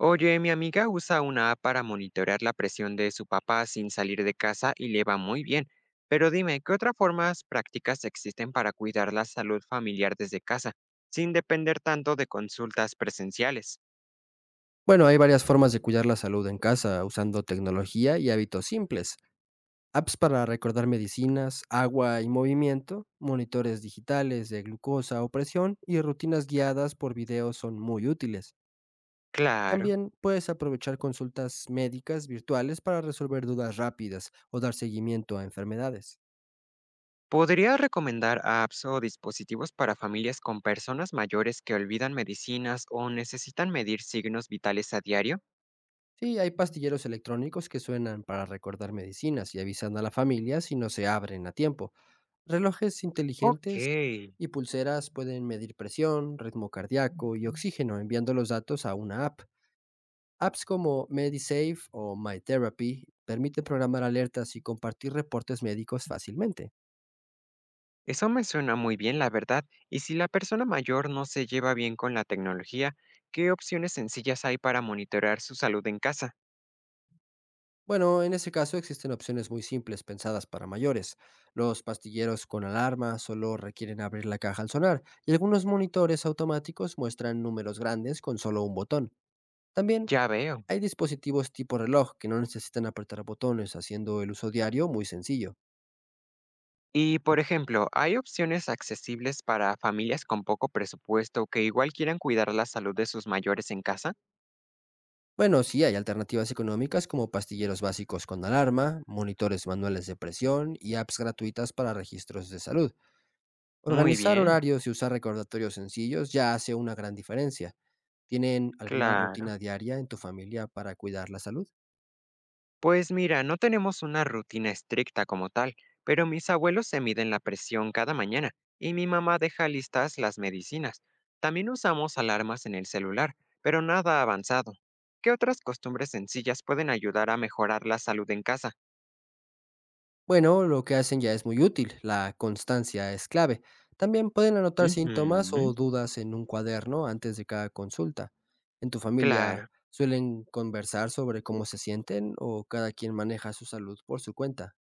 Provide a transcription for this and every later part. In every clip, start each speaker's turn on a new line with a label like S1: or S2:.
S1: Oye, mi amiga usa una app para monitorear la presión de su papá sin salir de casa y le va muy bien. Pero dime, ¿qué otras formas prácticas existen para cuidar la salud familiar desde casa, sin depender tanto de consultas presenciales?
S2: Bueno, hay varias formas de cuidar la salud en casa, usando tecnología y hábitos simples. Apps para recordar medicinas, agua y movimiento, monitores digitales de glucosa o presión y rutinas guiadas por videos son muy útiles.
S1: Claro.
S2: También puedes aprovechar consultas médicas virtuales para resolver dudas rápidas o dar seguimiento a enfermedades.
S1: ¿Podría recomendar apps o dispositivos para familias con personas mayores que olvidan medicinas o necesitan medir signos vitales a diario?
S2: Sí, hay pastilleros electrónicos que suenan para recordar medicinas y avisan a la familia si no se abren a tiempo. Relojes
S1: Ok.
S2: inteligentes y pulseras pueden medir presión, ritmo cardíaco y oxígeno enviando los datos a una app. Apps como MediSafe o MyTherapy permiten programar alertas y compartir reportes médicos fácilmente.
S1: Eso me suena muy bien, la verdad. Y si la persona mayor no se lleva bien con la tecnología, ¿qué opciones sencillas hay para monitorear su salud en casa?
S2: Bueno, en ese caso existen opciones muy simples pensadas para mayores. Los pastilleros con alarma solo requieren abrir la caja al sonar y algunos monitores automáticos muestran números grandes con solo un botón. También
S1: Ya veo.
S2: hay dispositivos tipo reloj que no necesitan apretar botones, haciendo el uso diario muy sencillo.
S1: Y, por ejemplo, ¿hay opciones accesibles para familias con poco presupuesto que igual quieran cuidar la salud de sus mayores en casa?
S2: Bueno, sí hay alternativas económicas como pastilleros básicos con alarma, monitores manuales de presión y apps gratuitas para registros de salud.
S1: Muy
S2: Organizar
S1: bien,
S2: horarios y usar recordatorios sencillos ya hace una gran diferencia. ¿Tienen alguna rutina
S1: claro.
S2: diaria en tu familia para cuidar la salud?
S1: Pues mira, no tenemos una rutina estricta como tal, pero mis abuelos se miden la presión cada mañana y mi mamá deja listas las medicinas. También usamos alarmas en el celular, pero nada avanzado. ¿Qué otras costumbres sencillas pueden ayudar a mejorar la salud en casa?
S2: Bueno, lo que hacen ya es muy útil, la constancia es clave. También pueden anotar síntomas
S1: Ujú,
S2: o dudas en un cuaderno antes de cada consulta. ¿En tu familia
S1: claro.
S2: suelen conversar sobre cómo se sienten o cada quien maneja su salud por su cuenta?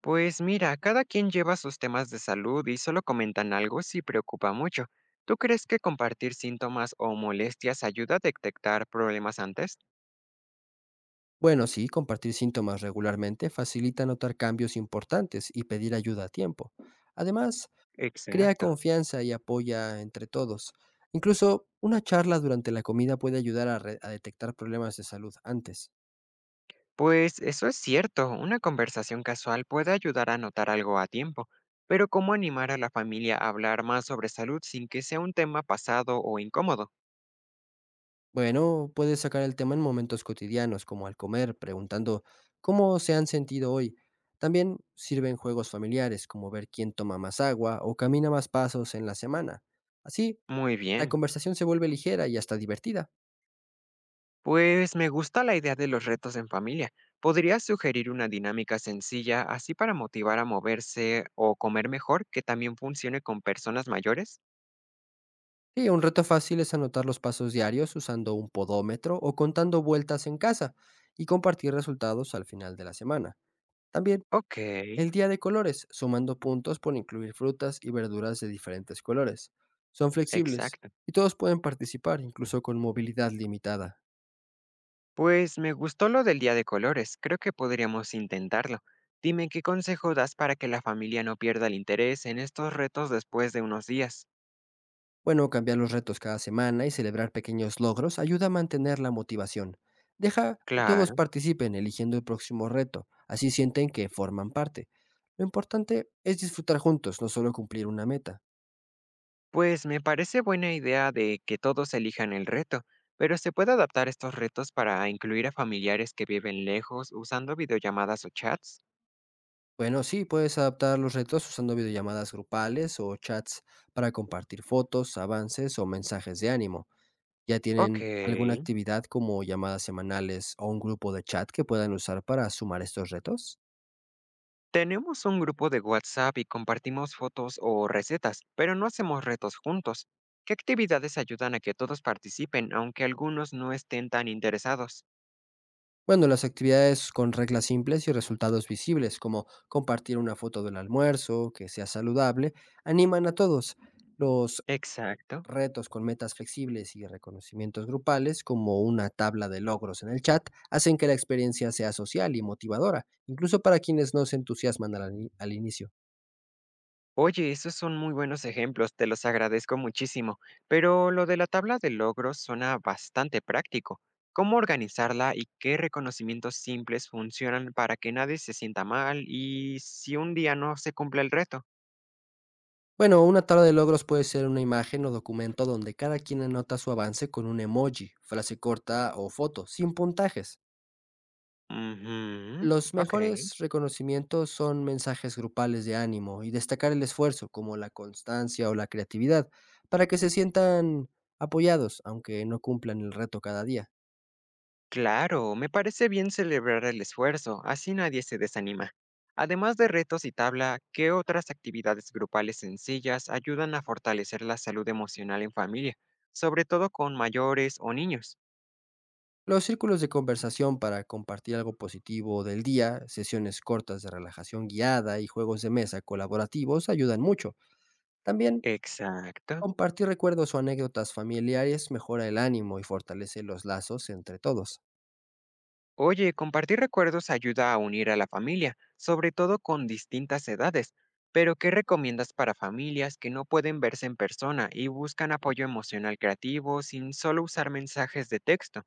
S1: Pues mira, cada quien lleva sus temas de salud y solo comentan algo si preocupa mucho. ¿Tú crees que compartir síntomas o molestias ayuda a detectar problemas antes?
S2: Bueno, sí, compartir síntomas regularmente facilita notar cambios importantes y pedir ayuda a tiempo. Además, crea
S1: Exacto.
S2: confianza y apoya entre todos. Incluso una charla durante la comida puede ayudar a, a detectar problemas de salud antes.
S1: Pues eso es cierto, una conversación casual puede ayudar a notar algo a tiempo, pero ¿cómo animar a la familia a hablar más sobre salud sin que sea un tema pasado o incómodo?
S2: Bueno, puedes sacar el tema en momentos cotidianos, como al comer, preguntando cómo se han sentido hoy. También sirven juegos familiares, como ver quién toma más agua o camina más pasos en la semana. Así,
S1: Muy
S2: la
S1: bien,
S2: conversación se vuelve ligera y hasta divertida.
S1: pues me gusta la idea de los retos en familia. ¿Podrías sugerir una dinámica sencilla así para motivar a moverse o comer mejor que también funcione con personas mayores?
S2: Sí, un reto fácil es anotar los pasos diarios usando un podómetro o contando vueltas en casa y compartir resultados al final de la semana. También
S1: Ok,
S2: el día de colores, sumando puntos por incluir frutas y verduras de diferentes colores. Son flexibles
S1: exacto.
S2: y todos pueden participar, incluso con movilidad limitada.
S1: Pues me gustó lo del día de colores, creo que podríamos intentarlo. Dime qué consejo das para que la familia no pierda el interés en estos retos después de unos días.
S2: Bueno, cambiar los retos cada semana y celebrar pequeños logros ayuda a mantener la motivación. Deja que todos
S1: Claro,
S2: participen eligiendo el próximo reto, así sienten que forman parte. Lo importante es disfrutar juntos, no solo cumplir una meta.
S1: pues me parece buena idea de que todos elijan el reto, pero se puede adaptar estos retos para incluir a familiares que viven lejos usando videollamadas o chats.
S2: Bueno, sí, puedes adaptar los retos usando videollamadas grupales o chats para compartir fotos, avances o mensajes de ánimo. ¿Ya
S1: Ok.
S2: tienen alguna actividad como llamadas semanales o un grupo de chat que puedan usar para sumar estos retos?
S1: Tenemos un grupo de WhatsApp y compartimos fotos o recetas, pero no hacemos retos juntos. ¿Qué actividades ayudan a que todos participen, aunque algunos no estén tan interesados?
S2: Bueno, las actividades con reglas simples y resultados visibles, como compartir una foto del almuerzo, que sea saludable, animan a todos. Los
S1: Exacto.
S2: retos con metas flexibles y reconocimientos grupales, como una tabla de logros en el chat, hacen que la experiencia sea social y motivadora, incluso para quienes no se entusiasman al, al inicio.
S1: Oye, esos son muy buenos ejemplos, te los agradezco muchísimo, pero lo de la tabla de logros suena bastante práctico. ¿Cómo organizarla y qué reconocimientos simples funcionan para que nadie se sienta mal y si un día no se cumple el reto?
S2: Bueno, una tabla de logros puede ser una imagen o documento donde cada quien anota su avance con un emoji, frase corta o foto, sin puntajes.
S1: Ujú,
S2: Los
S1: ok.
S2: mejores reconocimientos son mensajes grupales de ánimo y destacar el esfuerzo, como la constancia o la creatividad, para que se sientan apoyados, aunque no cumplan el reto cada día.
S1: Claro, me parece bien celebrar el esfuerzo, así nadie se desanima. Además de retos y tabla, ¿qué otras actividades grupales sencillas ayudan a fortalecer la salud emocional en familia, sobre todo con mayores o niños?
S2: Los círculos de conversación para compartir algo positivo del día, sesiones cortas de relajación guiada y juegos de mesa colaborativos ayudan mucho. También
S1: Exacto.
S2: compartir recuerdos o anécdotas familiares mejora el ánimo y fortalece los lazos entre todos.
S1: Oye, compartir recuerdos ayuda a unir a la familia, sobre todo con distintas edades. Pero, ¿qué recomiendas para familias que no pueden verse en persona y buscan apoyo emocional creativo sin solo usar mensajes de texto?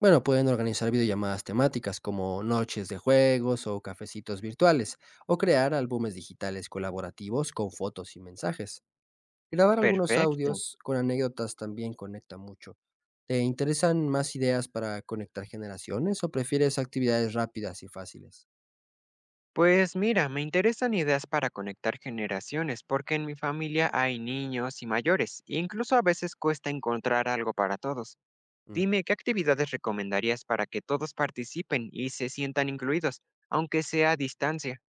S2: Bueno, pueden organizar videollamadas temáticas como noches de juegos o cafecitos virtuales, o crear álbumes digitales colaborativos con fotos y mensajes. Grabar algunos
S1: Perfecto.
S2: audios con anécdotas también conecta mucho. ¿Te interesan más ideas para conectar generaciones o prefieres actividades rápidas y fáciles?
S1: Pues mira, me interesan ideas para conectar generaciones, porque en mi familia hay niños y mayores, e incluso a veces cuesta encontrar algo para todos.
S2: Mm.
S1: Dime, ¿qué actividades recomendarías para que todos participen y se sientan incluidos, aunque sea a distancia?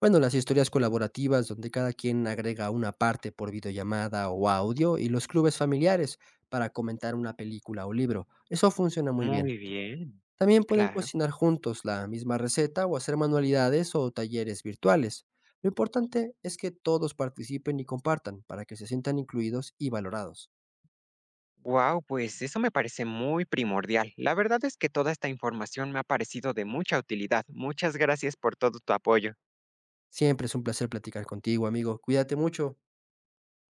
S2: Bueno, las historias colaborativas donde cada quien agrega una parte por videollamada o audio y los clubes familiares para comentar una película o libro. Eso funciona muy bien.
S1: Muy bien,
S2: También pueden
S1: claro.
S2: cocinar juntos la misma receta o hacer manualidades o talleres virtuales. Lo importante es que todos participen y compartan para que se sientan incluidos y valorados.
S1: Wow, pues eso me parece muy primordial. La verdad es que toda esta información me ha parecido de mucha utilidad. Muchas gracias por todo tu apoyo.
S2: Siempre es un placer platicar contigo, amigo. Cuídate mucho.